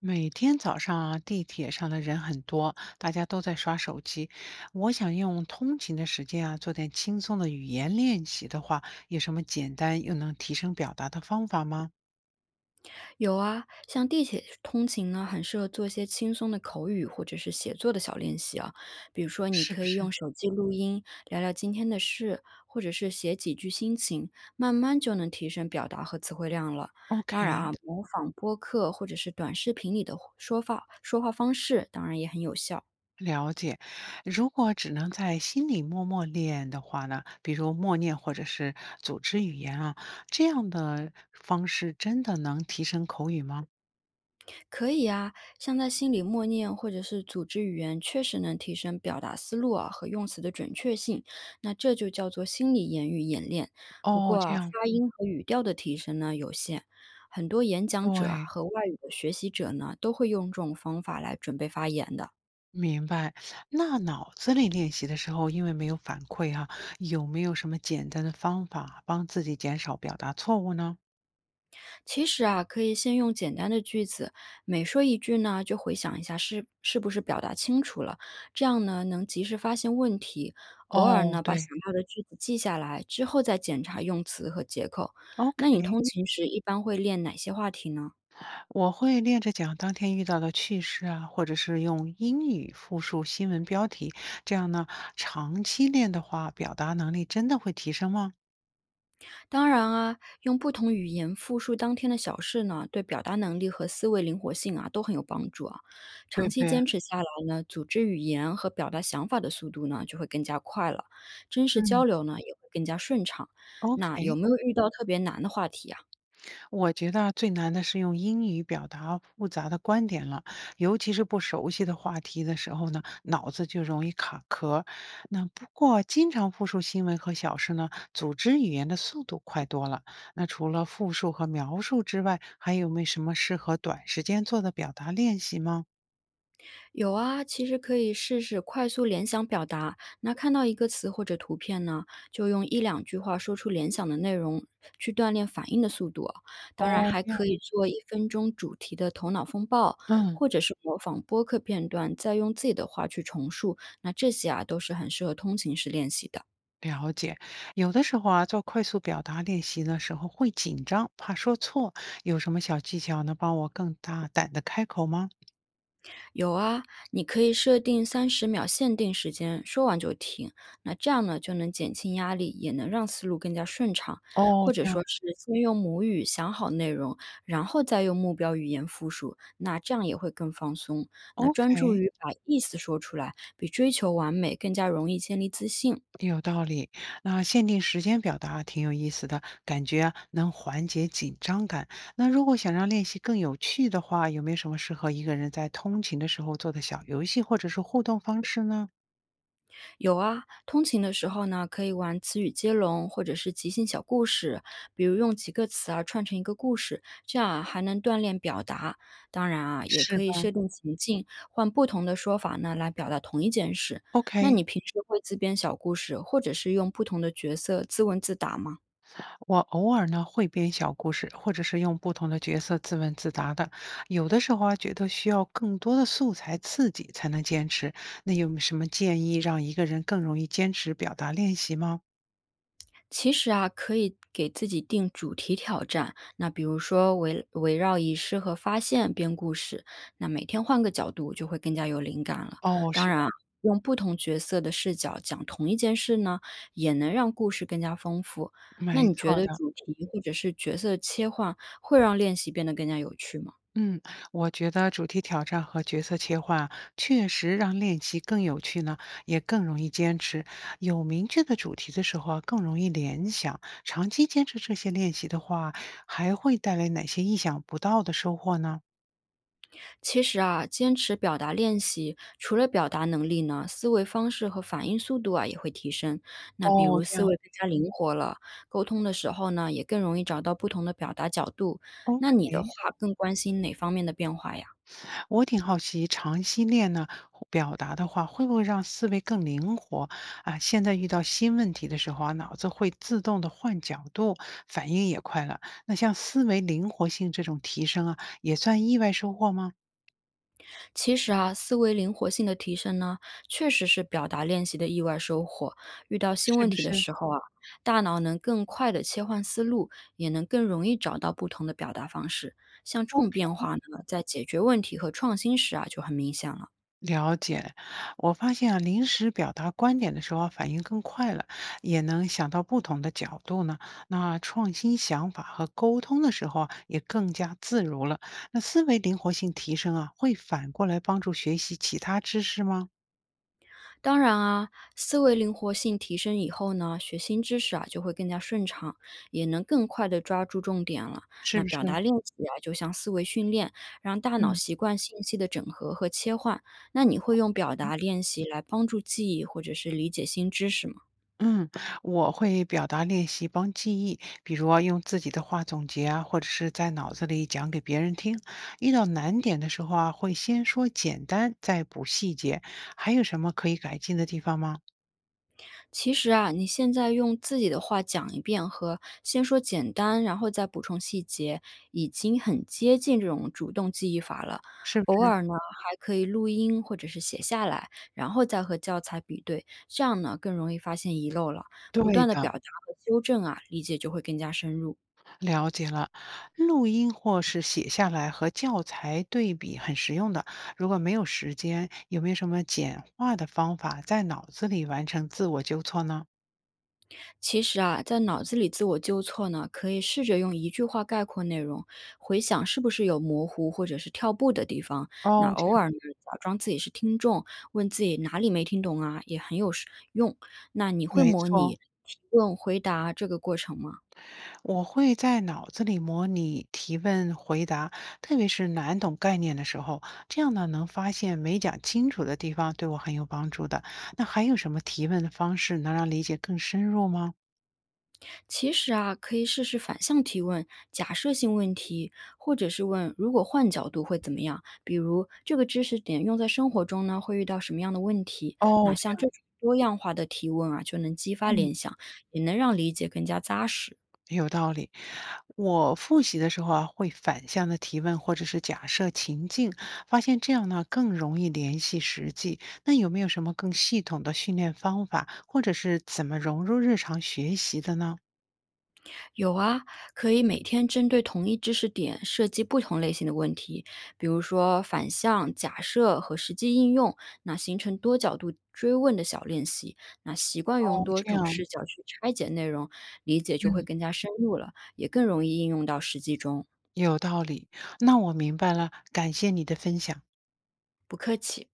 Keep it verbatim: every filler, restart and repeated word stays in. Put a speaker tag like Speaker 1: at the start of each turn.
Speaker 1: 每天早上啊，地铁上的人很多，大家都在刷手机。我想用通勤的时间啊，做点轻松的语言练习的话，有什么简单又能提升表达的方法吗？
Speaker 2: 有啊，像地铁通勤呢，很适合做一些轻松的口语或者是写作的小练习啊。比如说，你
Speaker 1: 是不
Speaker 2: 可以
Speaker 1: 是？
Speaker 2: 用手机录音，聊聊今天的事，或者是写几句心情，慢慢就能提升表达和词汇量了。当然
Speaker 1: ？OK，
Speaker 2: 啊，模仿播客或者是短视频里的说法说话方式，当然也很有效。
Speaker 1: 了解。如果只能在心里默默练的话呢，比如默念或者是组织语言啊，这样的方式真的能提升口语吗？
Speaker 2: 可以啊，像在心里默念或者是组织语言，确实能提升表达思路啊和用词的准确性。那这就叫做心理言语演练。不
Speaker 1: 哦，
Speaker 2: 过
Speaker 1: 这
Speaker 2: 啊，
Speaker 1: 样，
Speaker 2: 发音和语调的提升呢有限。很多演讲者啊
Speaker 1: 对。
Speaker 2: 和外语的学习者呢，都会用这种方法来准备发言的。
Speaker 1: 明白，那脑子里练习的时候，因为没有反馈哈、有没有什么简单的方法帮自己减少表达错误呢？
Speaker 2: 其实啊，可以先用简单的句子，每说一句呢，就回想一下是是不是表达清楚了，这样呢能及时发现问题。偶尔
Speaker 1: 哦，
Speaker 2: 呢，把想
Speaker 1: 对，
Speaker 2: 要的句子记下来，之后再检查用词和结构。那你
Speaker 1: OK，
Speaker 2: 通嗯勤时一般会练哪些话题呢？
Speaker 1: 我会练着讲当天遇到的趣事啊，或者是用英语复述新闻标题，这样呢，长期练的话，表达能力真的会提升吗？
Speaker 2: 当然啊，用不同语言复述当天的小事呢，对表达能力和思维灵活性啊都很有帮助啊。
Speaker 1: 对
Speaker 2: 长
Speaker 1: 不
Speaker 2: 期
Speaker 1: 对？
Speaker 2: 坚持下来呢，组织语言和表达想法的速度呢就会更加快了，真实
Speaker 1: 嗯。
Speaker 2: 交流呢也会更加顺畅。那有
Speaker 1: OK，
Speaker 2: 没有遇到特别难的话题啊？
Speaker 1: 我觉得最难的是用英语表达复杂的观点了，尤其是不熟悉的话题的时候呢，脑子就容易卡壳。那不过，经常复述新闻和小事呢，组织语言的速度快多了。那除了复述和描述之外，还有没有什么适合短时间做的表达练习吗？
Speaker 2: 有啊，其实可以试试快速联想表达。那看到一个词或者图片呢，就用一两句话说出联想的内容，去锻炼反应的速度啊。
Speaker 1: 哦，
Speaker 2: 当然，还
Speaker 1: 这样，
Speaker 2: 可以做一分钟主题的头脑风暴，
Speaker 1: 嗯，
Speaker 2: 或者是模仿播客片段，再用自己的话去重述。那这些啊，都是很适合通勤时练习的。
Speaker 1: 了解。有的时候啊，做快速表达练习的时候会紧张，怕说错。有什么小技巧能帮我更大胆的开口吗？
Speaker 2: 有啊，你可以设定三十秒限定时间，说完就停。那这样呢，就能减轻压力，也能让思路更加顺畅。
Speaker 1: 哦，
Speaker 2: 或
Speaker 1: 这
Speaker 2: 者
Speaker 1: 样
Speaker 2: 说是先用母语想好内容，然后再用目标语言复述，那这样也会更放松。那专注
Speaker 1: ，OK，
Speaker 2: 于把意思说出来，比追求完美更加容易建立自信。
Speaker 1: 有道理。那限定时间表达挺有意思的，感觉啊能缓解紧张感。那如果想让练习更有趣的话，有没有什么适合一个人在通勤的时候做的小游戏或者是互动方式呢？
Speaker 2: 有啊，通勤的时候呢，可以玩词语接龙或者是即兴小故事，比如用几个词啊串成一个故事，这样啊还能锻炼表达。当然啊，也
Speaker 1: 是
Speaker 2: 可
Speaker 1: 的。
Speaker 2: 以设定情境，换不同的说法呢来表达同一件事。
Speaker 1: o
Speaker 2: 那
Speaker 1: k。
Speaker 2: 你平时会自编小故事，或者是用不同的角色自问自答吗？
Speaker 1: 我偶尔呢会编小故事，或者是用不同的角色自问自答的。有的时候啊，觉得需要更多的素材刺激才能坚持。那有什么建议让一个人更容易坚持表达练习吗？
Speaker 2: 其实啊，可以给自己定主题挑战，那比如说围围绕仪式和发现编故事，那每天换个角度就会更加有灵感了。
Speaker 1: 哦，
Speaker 2: 当
Speaker 1: 是。
Speaker 2: 然啊，用不同角色的视角讲同一件事呢，也能让故事更加丰富。那
Speaker 1: 没
Speaker 2: 你觉
Speaker 1: 错
Speaker 2: 得
Speaker 1: 的，
Speaker 2: 主题或者是角色切换会让练习变得更加有趣吗？
Speaker 1: 嗯，我觉得主题挑战和角色切换确实让练习更有趣呢，也更容易坚持。有明确的主题的时候啊，更容易联想。长期坚持这些练习的话，还会带来哪些意想不到的收获呢？
Speaker 2: 其实啊，坚持表达练习，除了表达能力呢，思维方式和反应速度啊也会提升。那比
Speaker 1: 哦，
Speaker 2: 如
Speaker 1: 这
Speaker 2: 思
Speaker 1: 样
Speaker 2: 维更加灵活了，沟通的时候呢，也更容易找到不同的表达角度。那你
Speaker 1: ，OK。
Speaker 2: 的话，更关心哪方面的变化呀？
Speaker 1: 我挺好奇，长期练呢，表达的话会不会让思维更灵活啊？现在遇到新问题的时候啊，脑子会自动的换角度，反应也快了。那像思维灵活性这种提升啊，也算意外收获吗？
Speaker 2: 其实啊，思维灵活性的提升呢，确实是表达练习的意外收获。遇到新
Speaker 1: 是
Speaker 2: 问
Speaker 1: 不
Speaker 2: 题的
Speaker 1: 是？
Speaker 2: 时候啊，大脑能更快的切换思路，也能更容易找到不同的表达方式。像这种变化呢，在解决问题和创新时啊，就很明显了。
Speaker 1: 了解，我发现啊，临时表达观点的时候啊反应更快了，也能想到不同的角度呢。那创新想法和沟通的时候啊，也更加自如了。那思维灵活性提升啊，会反过来帮助学习其他知识吗？
Speaker 2: 当然啊，思维灵活性提升以后呢，学新知识啊就会更加顺畅，也能更快的抓住重点了。
Speaker 1: 是
Speaker 2: 那
Speaker 1: 不是？
Speaker 2: 表达练习啊，就像思维训练，让大脑
Speaker 1: 嗯
Speaker 2: 习惯信息的整合和切换。那你会用表达练习来帮助记忆或者是理解新知识吗？
Speaker 1: 嗯，我会表达练习帮记忆，比如啊用自己的话总结啊，或者是在脑子里讲给别人听。遇到难点的时候啊，会先说简单，再补细节。还有什么可以改进的地方吗？
Speaker 2: 其实啊，你现在用自己的话讲一遍和先说简单，然后再补充细节，已经很接近这种主动记忆法了。
Speaker 1: 是不
Speaker 2: 偶
Speaker 1: 是？
Speaker 2: 尔呢，还可以录音或者是写下来，然后再和教材比对，这样呢更容易发现遗漏了。不
Speaker 1: 对
Speaker 2: 断的
Speaker 1: 的，
Speaker 2: 表达和纠正啊，理解就会更加深入。
Speaker 1: 了解了。录音或是写下来和教材对比很实用的。如果没有时间，有没有什么简化的方法在脑子里完成自我纠错呢？
Speaker 2: 其实啊，在脑子里自我纠错呢，可以试着用一句话概括内容，回想是不是有模糊或者是跳步的地方。那
Speaker 1: 哦，这
Speaker 2: 偶
Speaker 1: 个。
Speaker 2: 尔呢，假装自己是听众，问自己哪里没听懂啊，也很有实用。那你会
Speaker 1: 没
Speaker 2: 模
Speaker 1: 错。
Speaker 2: 拟提问、回答这个过程吗？
Speaker 1: 我会在脑子里模拟提问回答，特别是难懂概念的时候，这样呢能发现没讲清楚的地方，对我很有帮助的。那还有什么提问的方式能让理解更深入吗？
Speaker 2: 其实啊，可以试试反向提问、假设性问题，或者是问“如果换角度会怎么样”。比如这个知识点用在生活中呢，会遇到什么样的问题？
Speaker 1: 哦，
Speaker 2: 那
Speaker 1: 这
Speaker 2: 像
Speaker 1: 样，
Speaker 2: 这种多样化的提问啊，就能激发
Speaker 1: 嗯，
Speaker 2: 联想，也能让理解更加扎实。
Speaker 1: 有道理。我复习的时候啊，会反向的提问或者是假设情境，发现这样呢更容易联系实际。那有没有什么更系统的训练方法，或者是怎么融入日常学习的呢？
Speaker 2: 有啊，可以每天针对同一知识点设计不同类型的问题，比如说反向、假设和实际应用，那形成多角度追问的小练习，那习惯用
Speaker 1: 哦，
Speaker 2: 多
Speaker 1: 这
Speaker 2: 种
Speaker 1: 样，
Speaker 2: 视角去拆解内容，理解就会
Speaker 1: 嗯。
Speaker 2: 更加深入了，也更容易应用到实际中。
Speaker 1: 有道理，那我明白了，感谢你的分享。
Speaker 2: 不客气。